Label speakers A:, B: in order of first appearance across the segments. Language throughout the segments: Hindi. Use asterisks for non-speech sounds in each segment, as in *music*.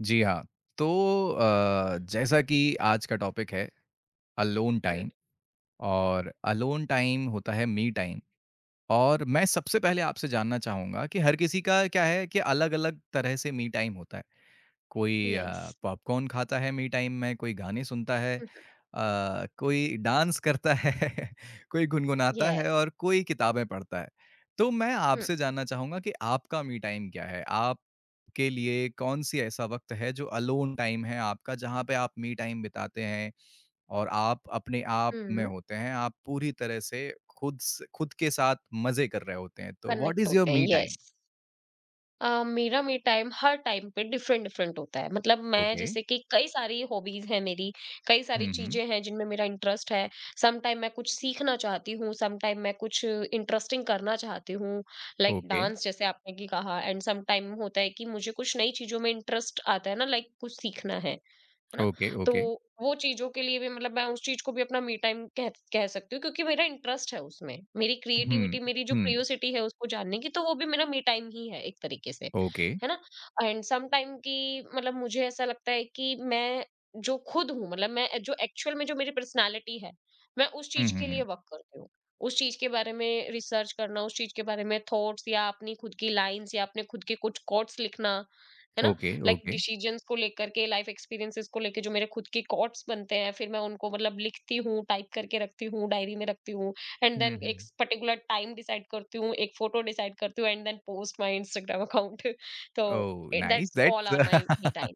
A: जी हाँ, तो जैसा कि आज का टॉपिक है अलोन
B: हुँ,
A: टाइम और अलोन टाइम होता है मी टाइम और मैं सबसे पहले आपसे जानना चाहूँगा कि हर किसी का क्या है कि अलग-अलग तरह से मी टाइम होता है। कोई
B: यस।
A: पॉपकॉर्न खाता है मी टाइम में, कोई गाने सुनता है,
B: हुँ, हुँ,
A: कोई डांस करता है, *laughs* कोई गुनगुनाता है
B: यस।
A: और कोई किताबें पढ़ता है। तो मैं
B: हुँ,
A: आपसे जानना चाहूँगा कि आपका मी टाइम क्या है? आपके लिए कौन-सी ऐसा वक़्त है जो अलोन टाइम है आपका, जहाँ पे आप मी टाइम बिताते हैं और आप अपने आप में
B: हुँ,
A: होते हैं, आप पूरी तरह से खुद के साथ मज़े कर रहे होते हैं। तो व्हाट
B: कनेक्ट
A: इज़ योर
B: होते हैं,
A: मी टाइम?
B: यस। मेरा मी टाइम हर टाइम पे डिफरेंट-डिफरेंट होता है। मतलब मैं
A: ओके।
B: जैसे कि कई सारी हॉबीज़ हैं मेरी, कई सारी
A: हुँ, हुँ।
B: चीज़ें हैं जिनमें मेरा इंटरेस्ट है। सम टाइम मैं कुछ सीखना चाहती हूँ, सम टाइम मैं कुछ इंटरेस्टिंग करना चाहती हूँ, लाइक
A: ओके,
B: डांस जैसे आपने कि कहा। एंड सम टाइम होता है कि मुझे कुछ नई चीज़ों में इंटरेस्ट आता है ना, लाइक कुछ सीखना है। है ना?
A: ओके,
B: तो
A: ओके।
B: वो चीज़ों के लिए भी मतलब मैं उस चीज़ को भी अपना मी टाइम कह कह सकती हूँ क्योंकि मेरा इंटरेस्ट है उसमें। मेरी
A: हुँ,
B: क्रिएटिविटी, मेरी जो
A: हुँ,
B: क्यूरियोसिटी है उसको जानने की, तो वो भी मेरा मी टाइम ही है एक तरीके से,
A: ओके।
B: है ना? एंड सम टाइम कि मतलब मुझे ऐसा लगता है कि मैं जो खुद हूँ, मतलब मैं जो एक्चुअल में जो मेरी पर्सनैलिटी है, मैं उस
A: हुँ,
B: चीज़
A: हुँ,
B: के लिए
A: हुँ,
B: वर्क करती हूँ। उस चीज़ के बारे में रिसर्च करना, उस चीज़ के बारे में थॉट्स या अपनी खुद की लाइन्स या अपने खुद के कुछ कोट्स लिखना, है ना?
A: Okay,
B: like
A: okay.
B: डिसीजंस को लेकर के, लाइफ एक्सपीरियंसेस को लेके जो मेरे खुद के थॉट्स बनते हैं, फिर मैं उनको मतलब लिखती हूँ, टाइप करके रखती हूँ, डायरी में रखती हूँ, एंड
A: हुँ,
B: देन
A: हुँ,
B: एक पर्टिकुलर टाइम डिसाइड करती हूँ, एक फोटो डिसाइड करती हूँ and then post my Instagram account. *laughs* तो
A: oh, nice
B: that's all
A: that's
B: are my me time.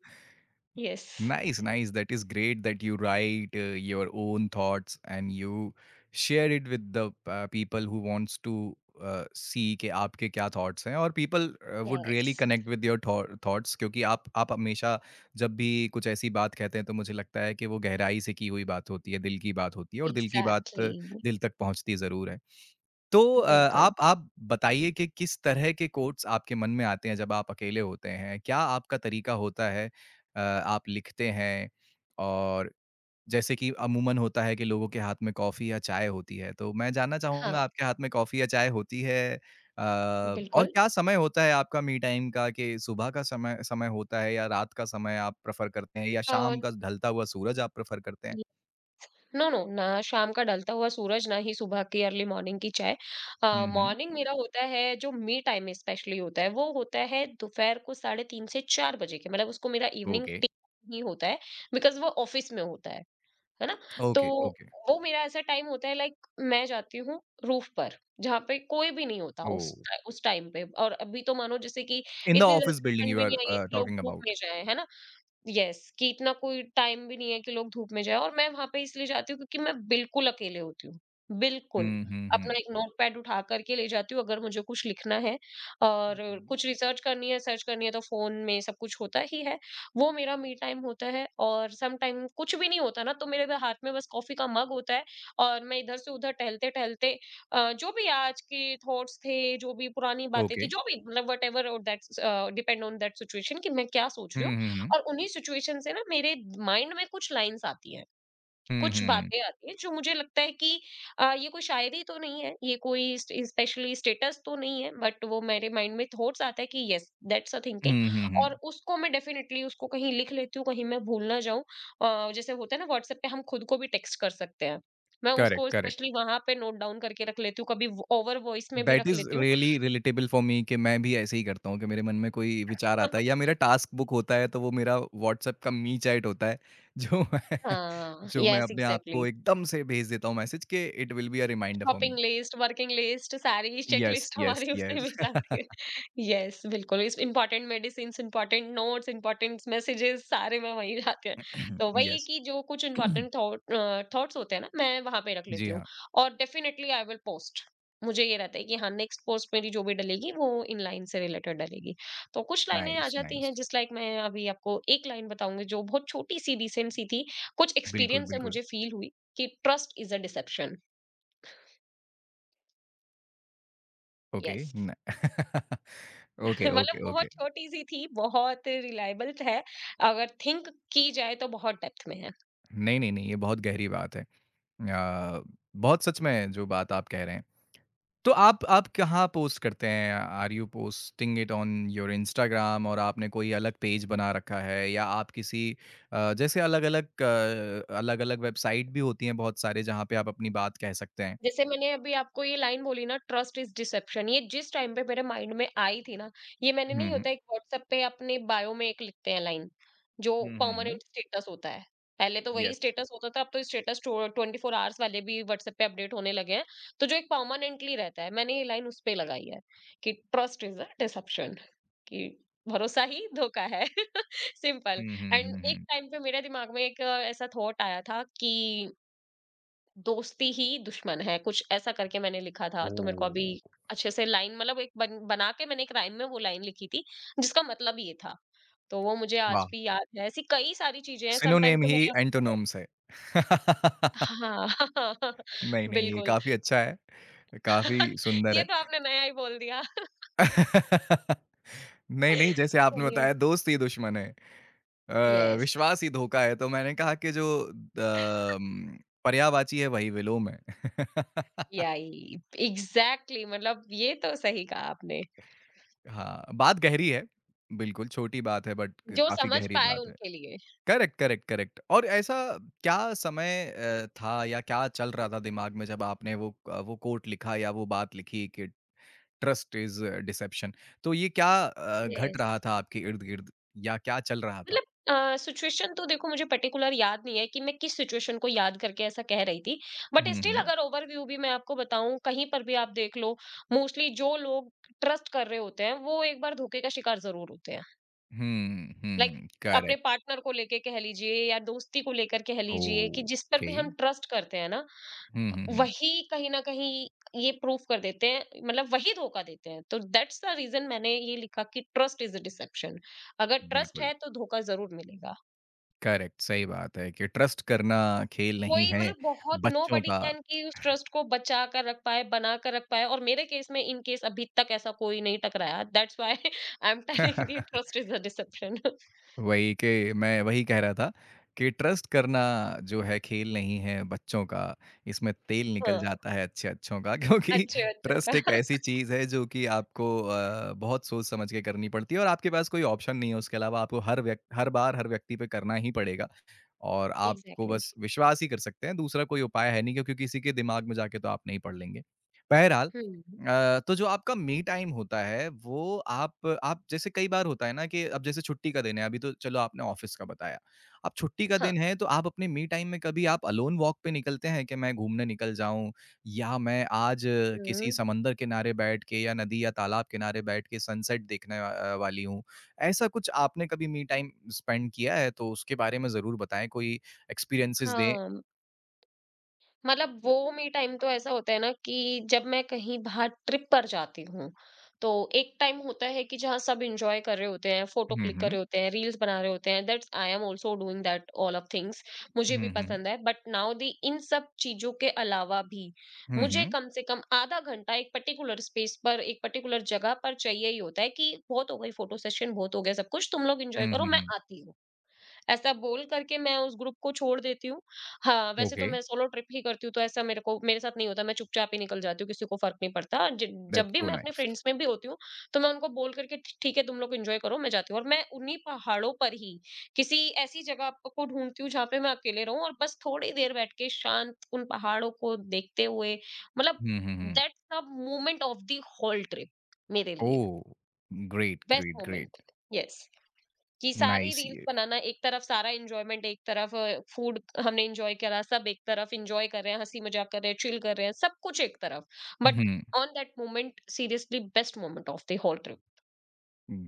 B: Yes.
A: Nice, nice, *laughs* that is great that you write, your own thoughts and you share it with the people who wants to see कि आपके क्या थॉट्स हैं और people would
B: yes,
A: really connect with your thoughts क्योंकि आप हमेशा जब भी कुछ ऐसी बात कहते हैं, तो मुझे लगता है कि वो गहराई से की हुई बात होती है, दिल की बात होती है और दिल की बात
B: एग्ज़ैक्टली।
A: दिल तक पहुँचती ज़रूर है। तो
B: बिल्कुल।
A: आप बताइए कि किस तरह के कोट्स आपके मन में आते हैं जब आप अकेले होते हैं? क्या आपका तरीका होता है आप लिखते हैं? और जैसे कि अमूमन होता है कि लोगों के हाथ में कॉफ़ी या चाय होती है, तो मैं जानना चाहूँगा
B: हाँ,
A: आपके हाथ में कॉफ़ी या चाय होती है? और
B: बिल्कुल।
A: क्या समय होता है आपका मी टाइम का कि सुबह का समय समय होता है या रात का समय आप प्रेफ़र करते हैं या
B: और
A: शाम का ढलता हुआ सूरज आप प्रेफ़र करते हैं?
B: नो, नो, ना शाम का ढलता हुआ सूरज, ना ही सुबह की अर्ली मॉर्निंग की चाय।
A: हुँ, हुँ।
B: मॉर्निंग मेरा होता है जो मी टाइम स्पेशली होता है, वो होता है दोपहर को साढ़े 3 से 4 बजे के। मतलब उसको मेरा इवनिंग
A: ओके,
B: टी ही होता है बिकॉज़ वो ऑफ़िस में होता है ना? तो
A: ओके, ओके।
B: वो मेरा ऐसा टाइम होता है, लाइक मैं जाती हूँ रूफ़ पर, जहाँ पे कोई भी नहीं होता उस
A: ओह!
B: टा उस टाइम पे। और अभी तो मानो जैसे कि
A: In the
B: इतनी
A: office
B: ज़्यादा
A: building
B: ठंड
A: you
B: भी
A: are,
B: नहीं आई है कि लोग
A: talking
B: धूप
A: about.
B: में जाएँ, है ना? यस, कि इतना कोई टाइम भी नहीं है कि लोग धूप में जाएँ, और मैं वहाँ पे इसलिए जाती हूँ क्योंकि मैं बिल्कुल अकेले होती हूँ, बिल्कुल।
A: Hmm, hmm, hmm.
B: अपना एक नोटपैड उठा कर के ले जाती हूँ अगर मुझे कुछ लिखना है, और
A: Mhm.
B: कुछ रिसर्च करनी है, सर्च करनी है, तो फ़ोन में सब कुछ होता ही है। वो मेरा मी टाइम होता है। और सम टाइम कुछ भी नहीं होता ना, तो मेरे बस हाथ में बस कॉफ़ी का मग होता है और मैं इधर से उधर टहलते-टहलते जो भी आज के थॉट्स थे, जो भी पुरानी बातें थी,
A: Okay.
B: जो भी मतलब व्हाटएवर, और that's depend on that situation कि मैं क्या सोच रही हूँ,
A: Hmm, hmm, hmm.
B: और उन्हीं सिचुएशन से ना मेरे माइंड में कुछ लाइन्स आती हैं,
A: Hmm,
B: कुछ
A: hmm, hmm.
B: बातें आती हैं जो मुझे लगता है कि ये कोई शायरी तो नहीं है, ये कोई स्ट स्पेशली स्टेटस तो नहीं है, बट वो मेरे माइंड में थॉट्स आता है कि yes, that's a thinking,
A: Hmm, hmm, hmm.
B: और उसको मैं डेफिनिटली उसको कहीं लिख लेती हूँ, कहीं मैं भूल ना जाऊँ। जैसे होता है ना, व्हाट्सएप पे हम खुद को भी टेक्स्ट कर सकते हैं। मैं
A: करेक्ट,
B: उसको
A: करेक्ट।
B: स्पेशली वहाँ पे नोट डाउन करके रख लेती हूँ, कभी व ओवर वॉइस में भी
A: दैट
B: रख
A: इज़
B: लेती हूँ।
A: रियली रिलेटेबल फॉर मी कि मैं भी ऐसे ही करता हूँ कि मेरे मन में कोई विचार आता है या
B: *laughs*
A: मेरा टास्क बुक होता है, तो वो मेरा व्हाट्सएप का मी चैट होता है, जो मैं *laughs*
B: हाँ,
A: जो मैं
B: येस
A: अपने आप
B: एग्ज़ैक्टली।
A: को एकदम से भेज देता हूँ मैसेज कि it will be a reminder for me.
B: Shopping list, working list, सारी
A: यस,
B: चेकलिस्ट
A: यस,
B: हमारी उसी में *laughs*
A: यस।
B: जाती है। यस, बिल्कुल, इस important medicines, important notes, important messages सारे में वहीं जाते हैं। तो वही है
A: यस।
B: कि जो कुछ
A: *coughs*
B: इम्पोर्टेंट
A: *clears throat*
B: थॉट्स होते हैं ना, मैं वहाँ पे रख
A: जी
B: लेती हूँ,
A: हाँ।
B: और डेफिनिटली आई विल पोस्ट। मुझे ये रहता है कि हाँ, नेक्स्ट पोस्ट मेरी जो भी डलेगी, वो इन लाइन से रिलेटेड डलेगी। तो कुछ लाइनें आ
A: नाइस,
B: जाती हैं,
A: नाइस।
B: जिस लाइक मैं अभी आपको एक लाइन बताऊँगी, जो बहुत छोटी-सी, रिसेंट सी थी। कुछ
A: बिल्कुल,
B: एक्सपीरियंस से
A: बिल्कुल।
B: मुझे फ़ील हुई कि trust is a deception.
A: Okay,
B: yes.
A: *laughs* न ओके,
B: *laughs* मतलब
A: ओके, ओके।
B: बहुत छोटी-सी थी, बहुत रिलायबल है। अगर थिंक की जाए तो बहुत डेप्थ में है।
A: नहीं, नहीं, नहीं, ये बहुत गहरी बात है। अ, बहुत सच में जो बात आप कह रहे हैं। तो आप कहाँ पोस्ट करते हैं? Are you posting it on your Instagram और आपने कोई अलग पेज बना रखा है या आप किसी जैसे अलग-अलग वेबसाइट भी होती हैं बहुत सारे जहाँ पे आप अपनी बात कह सकते हैं।
B: जैसे मैंने अभी आपको ये लाइन बोली ना, ट्रस्ट इज़ डिसेप्शन, ये जिस टाइम पे मेरे माइंड में आई थी ना, ये मैंने
A: हुँ,
B: नहीं
A: हुँ।
B: होता, एक व्हाट्सएप पे अपने बायो में एक लिखते हैं लाइन, जो
A: हुँ, हुँ, हुँ।
B: परमानेंट स्टेटस होता है। पहले तो वही
A: येस।
B: स्टेटस होता था, अब तो स्टेटस टो 24 आवर्स वाले भी व्हाट्सएप पे अपडेट होने लगे हैं। तो जो एक परमानेंटली रहता है, मैंने ये लाइन उस पे लगाई है, कि ट्रस्ट इज़ अ डिसेप्शन, कि भरोसा ही धोखा है। *laughs* सिंपल।
A: हुँ, हुँ,
B: एंड
A: हुँ,
B: एक
A: हुँ।
B: टाइम पे मेरे दिमाग में एक ऐसा थॉट आया था कि दोस्ती ही दुश्मन है, कुछ ऐसा करके मैंने लिखा था, तो मेरे को अभी
A: ओह!
B: अच्छे से लाइन मतलब एक बना के मैंने एक राइम में वो लाइन लिखी थी जिसका मतलब ये था, तो वो मुझे
A: वाह!
B: आज भी याद है। ऐसी कई सारी चीजें हैं समटाइम,
A: सिनोनिम
B: तो
A: ही
B: मैं आपको-
A: एंटोनिम्स है। *laughs*
B: हाँ। *laughs*
A: नहीं, नहीं, ये
B: बिल्कुल।
A: काफ़ी अच्छा है, काफ़ी सुंदर
B: ये तो
A: है।
B: आपने नया ही बोल दिया।
A: *laughs* नहीं, नहीं, जैसे आपने
B: चलिए।
A: बताया दोस्त ही दुश्मन है
B: यस।
A: विश्वास ही धोखा है, तो मैंने कहा कि जो पर्यायवाची है वही विलोम है। *laughs*
B: यही एग्जैक्टली, मतलब ये तो सही कहा आपने।
A: हाँ, बात गहरी है, बिल्कुल छोटी बात है बट
B: जो
A: काफ़ी
B: समझ
A: गहरी
B: पाए
A: बात है।
B: उनके लिए।
A: करेक्ट, करेक्ट, करेक्ट और ऐसा क्या समय था या क्या चल रहा था दिमाग में जब आपने वो कोट लिखा या वो बात लिखी कि ट्रस्ट इज़ डिसेप्शन। तो ये क्या घट
B: यस।
A: रहा था आपके इर्द-गिर्द या क्या चल रहा था?
B: मतलब सिचुएशन तो देखो, मुझे पर्टिकुलर याद नहीं है कि मैं किस सिचुएशन को याद करके ऐसा कह रही थी, बट
A: हुँ,
B: स्टिल
A: हुँ।
B: अगर ओवरव्यू भी मैं आपको बताऊं, कहीं पर भी आप देख लो, मोस्टली जो लोग ट्रस्ट कर रहे होते हैं वो एक बार धोखे का शिकार जरूर होते हैं,
A: हुँ,
B: like,
A: हुँ,
B: अपने
A: करेक्ट।
B: पार्टनर को लेके कह लीजिए या दोस्ती को लेकर कह लीजिए, कि जिस पर
A: ओके।
B: भी हम ट्रस्ट करते हैं ना,
A: हुँ, हुँ, हुँ।
B: वही कहीं ना कहीं ये प्रूफ कर देते हैं, मतलब वही धोखा देते हैं। तो दैट्स द रीजन मैंने ये लिखा कि ट्रस्ट इज अ डिसेप्शन। अगर ट्रस्ट
A: बिल्कुल,
B: है तो धोखा जरूर मिलेगा।
A: करेक्ट, सही बात है कि ट्रस्ट करना खेल नहीं
B: कोई
A: है,
B: मतलब बहुत,
A: बच्चों
B: नोबडी
A: का
B: कैन, कि उस ट्रस्ट को बचा कर रख पाए, बना कर रख पाए, और मेरे केस में, इन केस अभी तक ऐसा कोई नहीं टकराया। That's why I am telling you
A: *laughs*
B: trust is a deception. *laughs*
A: वही के मैं वही कह रहा था कि ट्रस्ट करना जो है खेल नहीं है बच्चों का, इसमें तेल निकल
B: हाँ,
A: जाता है अच्छे-अच्छों का *laughs* क्योंकि
B: अच्छे बच्चों
A: ट्रस्ट
B: का।
A: एक
B: *laughs*
A: ऐसी चीज़ है जो कि आपको बहुत सोच समझ के करनी पड़ती है और आपके पास कोई ऑप्शन नहीं है उसके अलावा आपको हर बार हर व्यक्ति पे करना ही पड़ेगा। और आपको
B: एग्ज़ैक्टली।
A: बस विश्वास ही कर सकते हैं, दूसरा कोई उपाय है नहीं क्योंकि किसी के दिमाग में जाके तो आप नहीं पढ़ लेंगे। बहरहाल
B: हुँ,
A: तो जो आपका मी टाइम होता है वो आप जैसे कई बार होता है ना कि अब जैसे छुट्टी का दिन है, अभी तो चलो आपने ऑफ़िस का बताया। अब छुट्टी का
B: हाँ।
A: दिन है तो आप अपने मी टाइम में कभी आप अलोन वॉक पे निकलते हैं कि मैं घूमने निकल जाऊँ या मैं आज किसी
B: हुँ,
A: समंदर किनारे बैठ के या नदी या तालाब किनारे बैठ के सनसेट देखने वाली हूँ। ऐसा कुछ आपने कभी मी टाइम स्पेंड किया है? तो उसके बारे में ज़रूर बताएँ, कोई एक्सपीरियंसेस दें।
B: हाँ। मतलब वो मी टाइम तो ऐसा होता है ना, कि जब मैं कहीं बाहर ट्रिप पर जाती हूँ, तो एक टाइम होता है कि जहाँ सब एन्जॉय कर रहे होते हैं, फोटो
A: हुँ,
B: क्लिक कर
A: हुँ।
B: रहे होते हैं, रील्स बना रहे होते हैं, that's I am also doing that all of things, मुझे भी
A: हुँ, हुँ।
B: पसंद है। बट नाउ दी इन सब चीज़ों के अलावा भी
A: हुँ,
B: मुझे
A: हुँ।
B: कम से कम आधा घंटा एक पर्टिकुलर स्पेस पर, एक पर्टिकुलर जगह पर चाहिए ही होता है, कि बहुत हो गई फोटो सेशन, बहुत हो गया सब कुछ, तुम लोग एन्जॉय
A: हुँ,
B: करो,
A: हुँ,
B: मैं
A: हुँ।
B: आती हूँ। ऐसा बोल करके मैं उस ग्रुप को छोड़ देती हूँ। हाँ, वैसे तो
A: ओके,
B: मैं सोलो ट्रिप ही करती हूँ, तो ऐसा मेरे को मेरे साथ नहीं होता, मैं चुपचाप ही निकल जाती हूँ, किसी को फ़र्क नहीं पड़ता। ज जब
A: दैट्स
B: भी
A: सो
B: मैं अपने
A: नाइस।
B: फ्रेंड्स में भी होती हूँ, तो मैं उनको बोल करके ठी ठीक है तुम लोग एन्जॉय करो, मैं जाती हूँ, और मैं उन्हीं पहाड़ों पर ही किसी ऐसी जगह प को ढूँढती हूँ जहाँ पे मैं अकेले रहूँ, और बस थोड़ी देर बैठ के शांत उन पहाड़ों को देखते हुए मतलब
A: हुँ, हुँ, हुँ।
B: That's the moment of the whole trip मेरे लिए,
A: oh! Great,
B: best
A: great,
B: moment.
A: Great.
B: Yes. कि सारी
A: नाइस
B: रील्स
A: ये।
B: बनाना एक तरफ, सारा एंजॉयमेंट एक तरफ, फूड हमने एंजॉय करा सब एक तरफ, एंजॉय कर रहे हैं, हंसी मजाक कर रहे हैं, चिल कर रहे हैं, सब कुछ एक तरफ, but
A: hmm.
B: On that moment seriously best moment of the whole trip.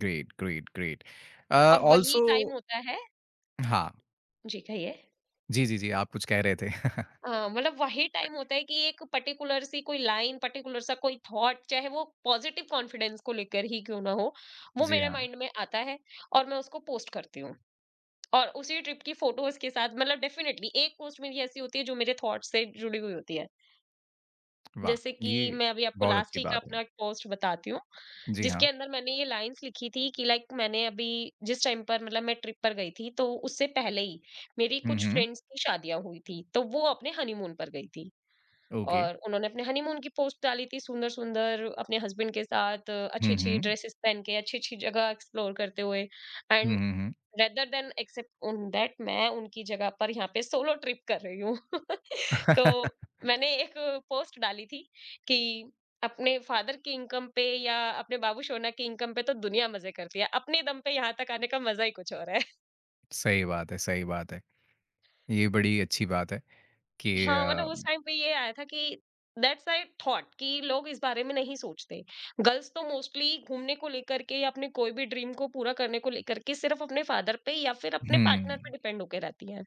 A: Great, great, great.
B: और वही
A: आल्सो
B: टाइम होता है।
A: हाँ।
B: जी कहिए।
A: जी, जी, जी, आप कुछ कह रहे थे। *laughs*
B: हाँ, मतलब वही टाइम होता है कि एक पर्टिकुलर सी कोई लाइन, पर्टिकुलर सा कोई थॉट, चाहे वो पॉजिटिव कॉन्फिडेंस को लेकर ही क्यों ना हो, वो
A: जी
B: मेरे
A: हाँ,
B: माइंड में आता है, और मैं उसको पोस्ट करती हूँ, और उसी ट्रिप की फोटोज़ के साथ मतलब डेफ़िनेटली एक पोस्ट मेरी ऐसी होती है जो मेरे थॉट्स से जुड़ी हुई होती है।
A: वाह!
B: जैसे कि
A: ये
B: मैं अभी आपको
A: बहुत
B: लास्ट
A: अच्छी
B: ही का
A: बात है।
B: अपना एक पोस्ट बताती हूँ,
A: जी हाँ।
B: जिसके अंदर मैंने ये लाइन्स लिखी थी कि लाइक मैंने अभी जिस टाइम पर मतलब मैं ट्रिप पर गई थी, तो उससे पहले ही मेरी
A: हुँ,
B: कुछ
A: हुँ।
B: फ्रेंड्स की शादियाँ हुई थी, तो वो अपने हनीमून पर गई थी।
A: ओके।
B: और उन्होंने अपने हनीमून की पोस्ट डाली थी सुंदर-सुंदर, अपने हस्बैंड के साथ
A: हुँ,
B: अच्छी-अच्छी
A: हुँ।
B: ड्रेसेस पहन के, अच्छी-अच्छी जगह एक्सप्लोर करते हुए,
A: hmm,
B: and
A: hmm, hmm.
B: Rather than except on that मैं उनकी जगह पर यहाँ पे सोलो ट्रिप कर रही हूँ। *laughs* तो
A: *laughs*
B: मैंने एक पोस्ट डाली थी कि अपने फादर की इनकम पे या अपने बाबू शोना की इनकम पे तो दुनिया मज़े करती है, अपने दम पे यहाँ तक आने का मज़ा ही कुछ और है।
A: सही बात है, सही बात है। ये बड़ी अच्छी बात है कि
B: हाँ, मतलब उस टाइम पे ये आया था कि दैट्स आई थॉट कि लोग इस बारे में नहीं सोचते। गर्ल्स तो मोस्टली घूमने को लेकर के, या अपने कोई भी ड्रीम को पूरा करने को लेकर के सिर्फ़ अपने फादर पे या फिर अपने पार्टनर पे
A: हुँ।
B: डिपेंड होके रहती हैं।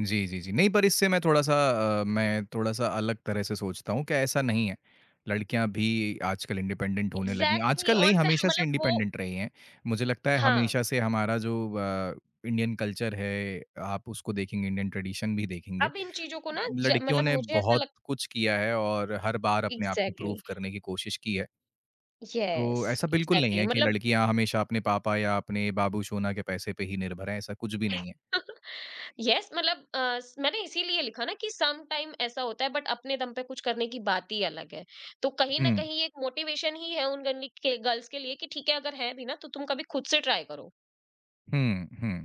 A: जी, जी, जी। नहीं पर इससे मैं थोड़ा-सा अलग तरह से सोचता हूँ कि ऐसा नहीं है। लड़कियाँ भी आजकल इंडिपेंडेंट होने लगी हैं।
B: एग्ज़ैक्टली
A: आजकल नहीं
B: ऑन द *laughs*
A: हमेशा से
B: वो
A: इंडिपेंडेंट रही हैं। मुझे लगता है
B: हाँ।
A: हमेशा से हमारा जो इंडियन कल्चर है आप उसको देखेंगे, इंडियन ट्रेडिशन भी देखेंगे।
B: अब इन चीज़ों को ना ज
A: लड़कियों
B: मतलब
A: ने
B: मुझे ऐसा
A: बहुत
B: लग।
A: कुछ किया है और हर बार अपने आप को प्रूव
B: एग्ज़ैक्टली।
A: करने की कोशिश की है। तो
B: यस,
A: ऐसा बिल्कुल नहीं
B: एग्ज़ैक्टली
A: है कि लड़कियाँ हमेशा अपने पापा या अपने बाबूशोना के पैसे पे ही निर्भर हैं, ऐसा कुछ भी नहीं है।
B: *laughs* यस yes, मैंने इसीलिए लिखा ना कि सम टाइम ऐसा होता है, बट अपने दम पे कुछ करने की बात ही अलग है। तो कहीं ना
A: हुँ,
B: कहीं ये एक मोटिवेशन ही है उन गर्ल्स के लिए कि ठीक है, अगर है भी ना तो तुम कभी खुद से ट्राई करो।
A: हुँ,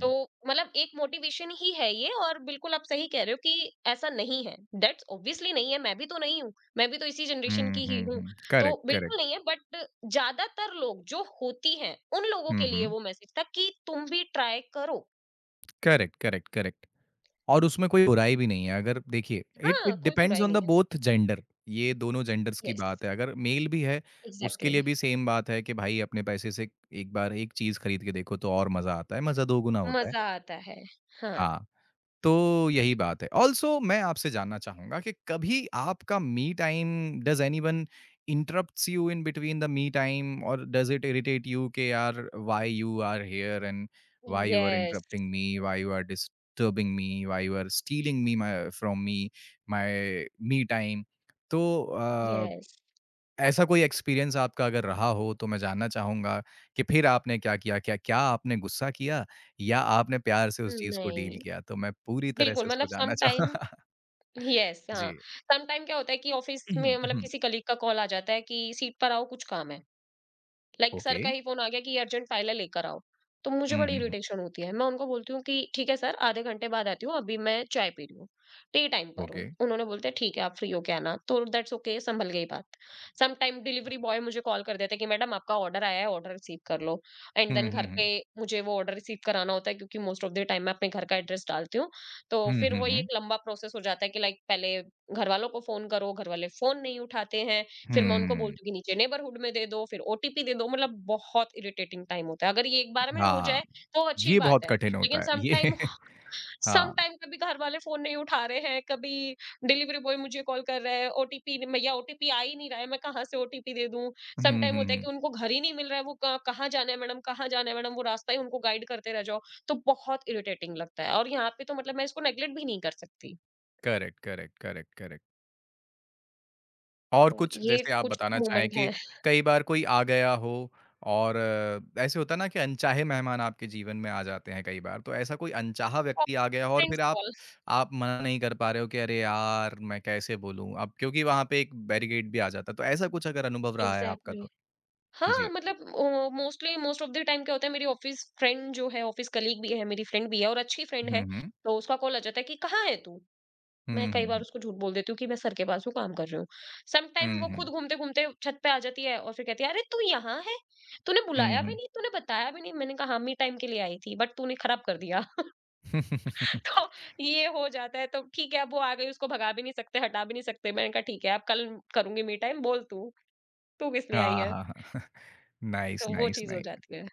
B: तो एक मोटिवेशन ही है ये। और बिल्कुल आप सही कह रहे हो कि ऐसा नहीं है। दैट्स ऑब्वियसली नहीं है, मैं भी तो नहीं हूँ। मैं भी तो इसी जनरेशन
A: हुँ,
B: की ही
A: हुँ,
B: हूँ।
A: हुँ।
B: तो
A: करेक्ट, करेक्ट।
B: बिल्कुल नहीं है, बट ज्यादातर लोग जो होती हैं उन लोगों
A: हुँ,
B: के लिए
A: हुँ।
B: वो मैसेज था कि तुम भी ट्राई करो।
A: Correct, correct, correct. और उसमें कोई बुराई भी नहीं है अगर देखिए इट इट
B: हाँ, कोई
A: डिपेंड्स
B: बुराई
A: ऑन द
B: नहीं है।
A: बोथ जेंडर, ये दोनों जेंडर्स की
B: यस,
A: बात है। अगर मेल भी है, उसके
B: एग्जैक्टली।
A: लिए भी सेम बात है कि भाई अपने पैसे से एक बार एक चीज़ खरीद के देखो तो और मज़ा आता है, मज़ा दोगुना होता है।
B: मज़ा आता है। हाँ,
A: हाँ। तो यही बात है। ऑल्सो मैं आपसे जानना चाहूँगा कि कभी आपका me time does anyone interrupts you in between the me time और डज़ इट इरिटेट यू कि यार why you are here and why you are
B: yes,
A: interrupting me, why you are disturbing me, why you are stealing me my from me, my me time? तो
B: यस।
A: ऐसा कोई एक्सपीरियंस आपका अगर रहा हो तो मैं जानना चाहूँगा कि फिर आपने क्या किया? क्या क्या आपने गुस्सा किया या आपने प्यार से उस चीज़ को डील
B: नहीं,
A: किया? तो मैं पूरी तरह से
B: बिल्कुल।
A: उसको जानना
B: सम
A: चाह
B: टाइम।
A: *laughs*
B: यस, हाँ।
A: जी।
B: सम टाइम क्या होता है कि ऑफ़िस
A: उहुँ,
B: में
A: उहुँ,
B: किसी कलीग का कॉल आ जाता है कि सीट पर आओ, कुछ काम है। Like sir
A: okay.
B: का ही फोन आ गया कि ये अर्जेंट फाइल है, लेकर आओ। तो मुझे
A: हुँ,
B: बड़ी
A: हुँ, हुँ,
B: इरिटेशन होती है, मैं उनको बोलती हूँ कि ठीक है सर, आधे घंटे बाद आती हूँ, अभी मैं चाय पी रही हूँ, टी टाइम पर हूँ।
A: ओके।
B: उन्होंने बोलते हैं ठीक है, आप फ्री होके आना। तो दैट्स ओके, संभल गई बात। सम टाइम डिलीवरी बॉय मुझे कॉल कर देते हैं कि मैडम, आपका ऑर्डर आया है, ऑर्डर रिसीव कर लो। एंड
A: हुँ,
B: देन
A: हुँ,
B: घर
A: हुँ।
B: पे मुझे वो ऑर्डर रिसीव कराना होता है, क्योंकि मोस्ट ऑफ द टाइम मैं अपने घर का एड्रेस डालती हूँ। तो
A: हुँ,
B: फिर
A: हुँ,
B: वही
A: हुँ।
B: एक लंबा प्रोसेस हो जाता है कि लाइक पहले घर वालों को फोन करो, घर वाले फोन नहीं उठाते हैं, फिर मैं उनको
A: हुँ,
B: बोलती हूँ कि नीचे नेबरहुड में दे दो, फिर ओटीपी दे दो। बहुत इरिटेटिंग टाइम होता है। अगर ये एक बार में हो
A: हाँ,
B: जाए तो अच्छी
A: ये
B: बात
A: बहुत
B: है,
A: कठिन होता
B: लेकिन
A: है।
B: सम
A: ये
B: टाइम
A: *laughs* हाँ।
B: कभी घर वाले फ़ोन नहीं उठा रहे हैं, कभी डिलिवरी बॉय मुझे कॉल कर रहा है, ओटीपी न या ओटीपी आ ही नहीं रहा है, मैं कहाँ से ओटीपी दे दूँ?
A: हुँ,
B: सम टाइम
A: हुँ,
B: होता है
A: हुँ।
B: कि उनको घर ही नहीं मिल रहा है, वो क कहाँ जाना है मैडम, कहाँ जाना है मैडम? वो रास्ता ही उनको गाइड करते रह जाओ। तो बहुत इरिटेटिंग लगता है, और यहाँ पे तो मैं इसको नेगलेक्ट भी नहीं कर सकती।
A: Correct, correct, correct, correct. और
B: तो
A: कुछ
B: ये
A: जैसे आप
B: कुछ
A: बताना चाहें
B: मोमेंट
A: कि
B: हैं।
A: कई बार कोई आ गया हो और ऐसे होता है ना कि अनचाहे मेहमान आपके जीवन में आ जाते हैं कई बार, तो ऐसा कोई अनचाहा
B: और
A: व्यक्ति आ गया हो और
B: फ्रेंड्स
A: फिर आप
B: कॉल।
A: आप मना नहीं कर पा रहे हो कि अरे यार! मैं कैसे बोलूँ अब क्योंकि वहाँ पे एक बैरिकेड भी आ जाता है, तो ऐसा कुछ अगर अनुभव रहा है आपका
B: एग्ज़ैक्टली।
A: तो?
B: हाँ,
A: जी।
B: Mostly most of the time क्या होता है, मेरी ऑफिस फ्रेंड जो है, ऑफिस कलीग भी है, मेरी फ्रेंड भी है, और अच्छी फ्रेंड
A: हुँ,
B: है,
A: हुँ।
B: तो उसका कॉल आ जाता है कि कहाँ है तू? मैं
A: हुँ,
B: कई
A: हुँ,
B: बार
A: हुँ।
B: उसको झूठ बोल देती हूँ कि मैं सर के पास हूँ, काम कर रही हूँ। सम टाइम
A: हुँ,
B: वो खुद
A: हुँ।
B: घूमते-घूमते छत पे आ जाती है और फिर कहती है, "अरे तू यहाँ है? तूने
A: हुँ,
B: बुलाया
A: हुँ।
B: भी नहीं, तूने बताया भी नहीं।" मैंने कहा, "हाँ, मी टाइम के लिए आई थी, बट तूने खराब कर दिया।" *laughs*
A: *laughs*
B: तो ये हो जाता है। तो ठीक है, अब वो आ गई, उसको भगा भी नहीं सकते, हटा भी नहीं सकते। मैंने कहा, "ठीक है, अब कल करूँगी मी टाइम, बोल तू, तू किस लिए आई
A: हाँ,
B: है?"
A: हाँ, हाँ। *laughs* नाइस,
B: तो वो
A: नाइस,
B: चीज़ हो
A: नाइस।
B: जाती है।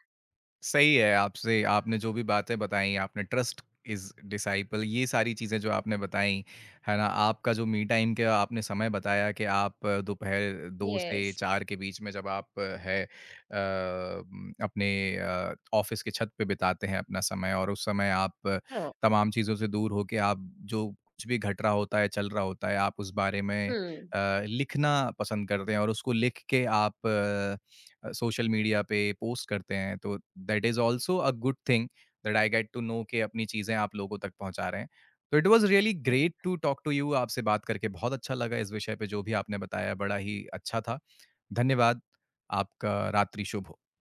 A: सही है आपसे आपने जो भी बातें बताई आपने ट्रस्ट इज डिसाइपल ये सारी चीज़ें जो आपने बताई है ना आपका जो मी टाइम का आपने समय बताया कि आप दोपहर 2 से
B: यस।
A: 4 के बीच में जब आप अपने ऑफिस के छत पे बिताते हैं अपना समय और उस समय आप
B: そう。
A: तमाम चीज़ों से दूर होके आप जो कुछ भी घट रहा होता है चल रहा होता है आप उस बारे में
B: う ん。
A: लिखना पसंद करते हैं और उसको लिख के आप सोशल मीडिया पे पोस्ट करते हैं तो that is also a good thing that I get to know कि अपनी चीज़ें आप लोगों तक पहुँचा रहे हैं। तो it was really great to talk to you आपसे बात करके बहुत अच्छा लगा इस विषय पे जो भी आपने बताया बड़ा ही अच्छा था। धन्यवाद, आपका रात्रि शुभ हो।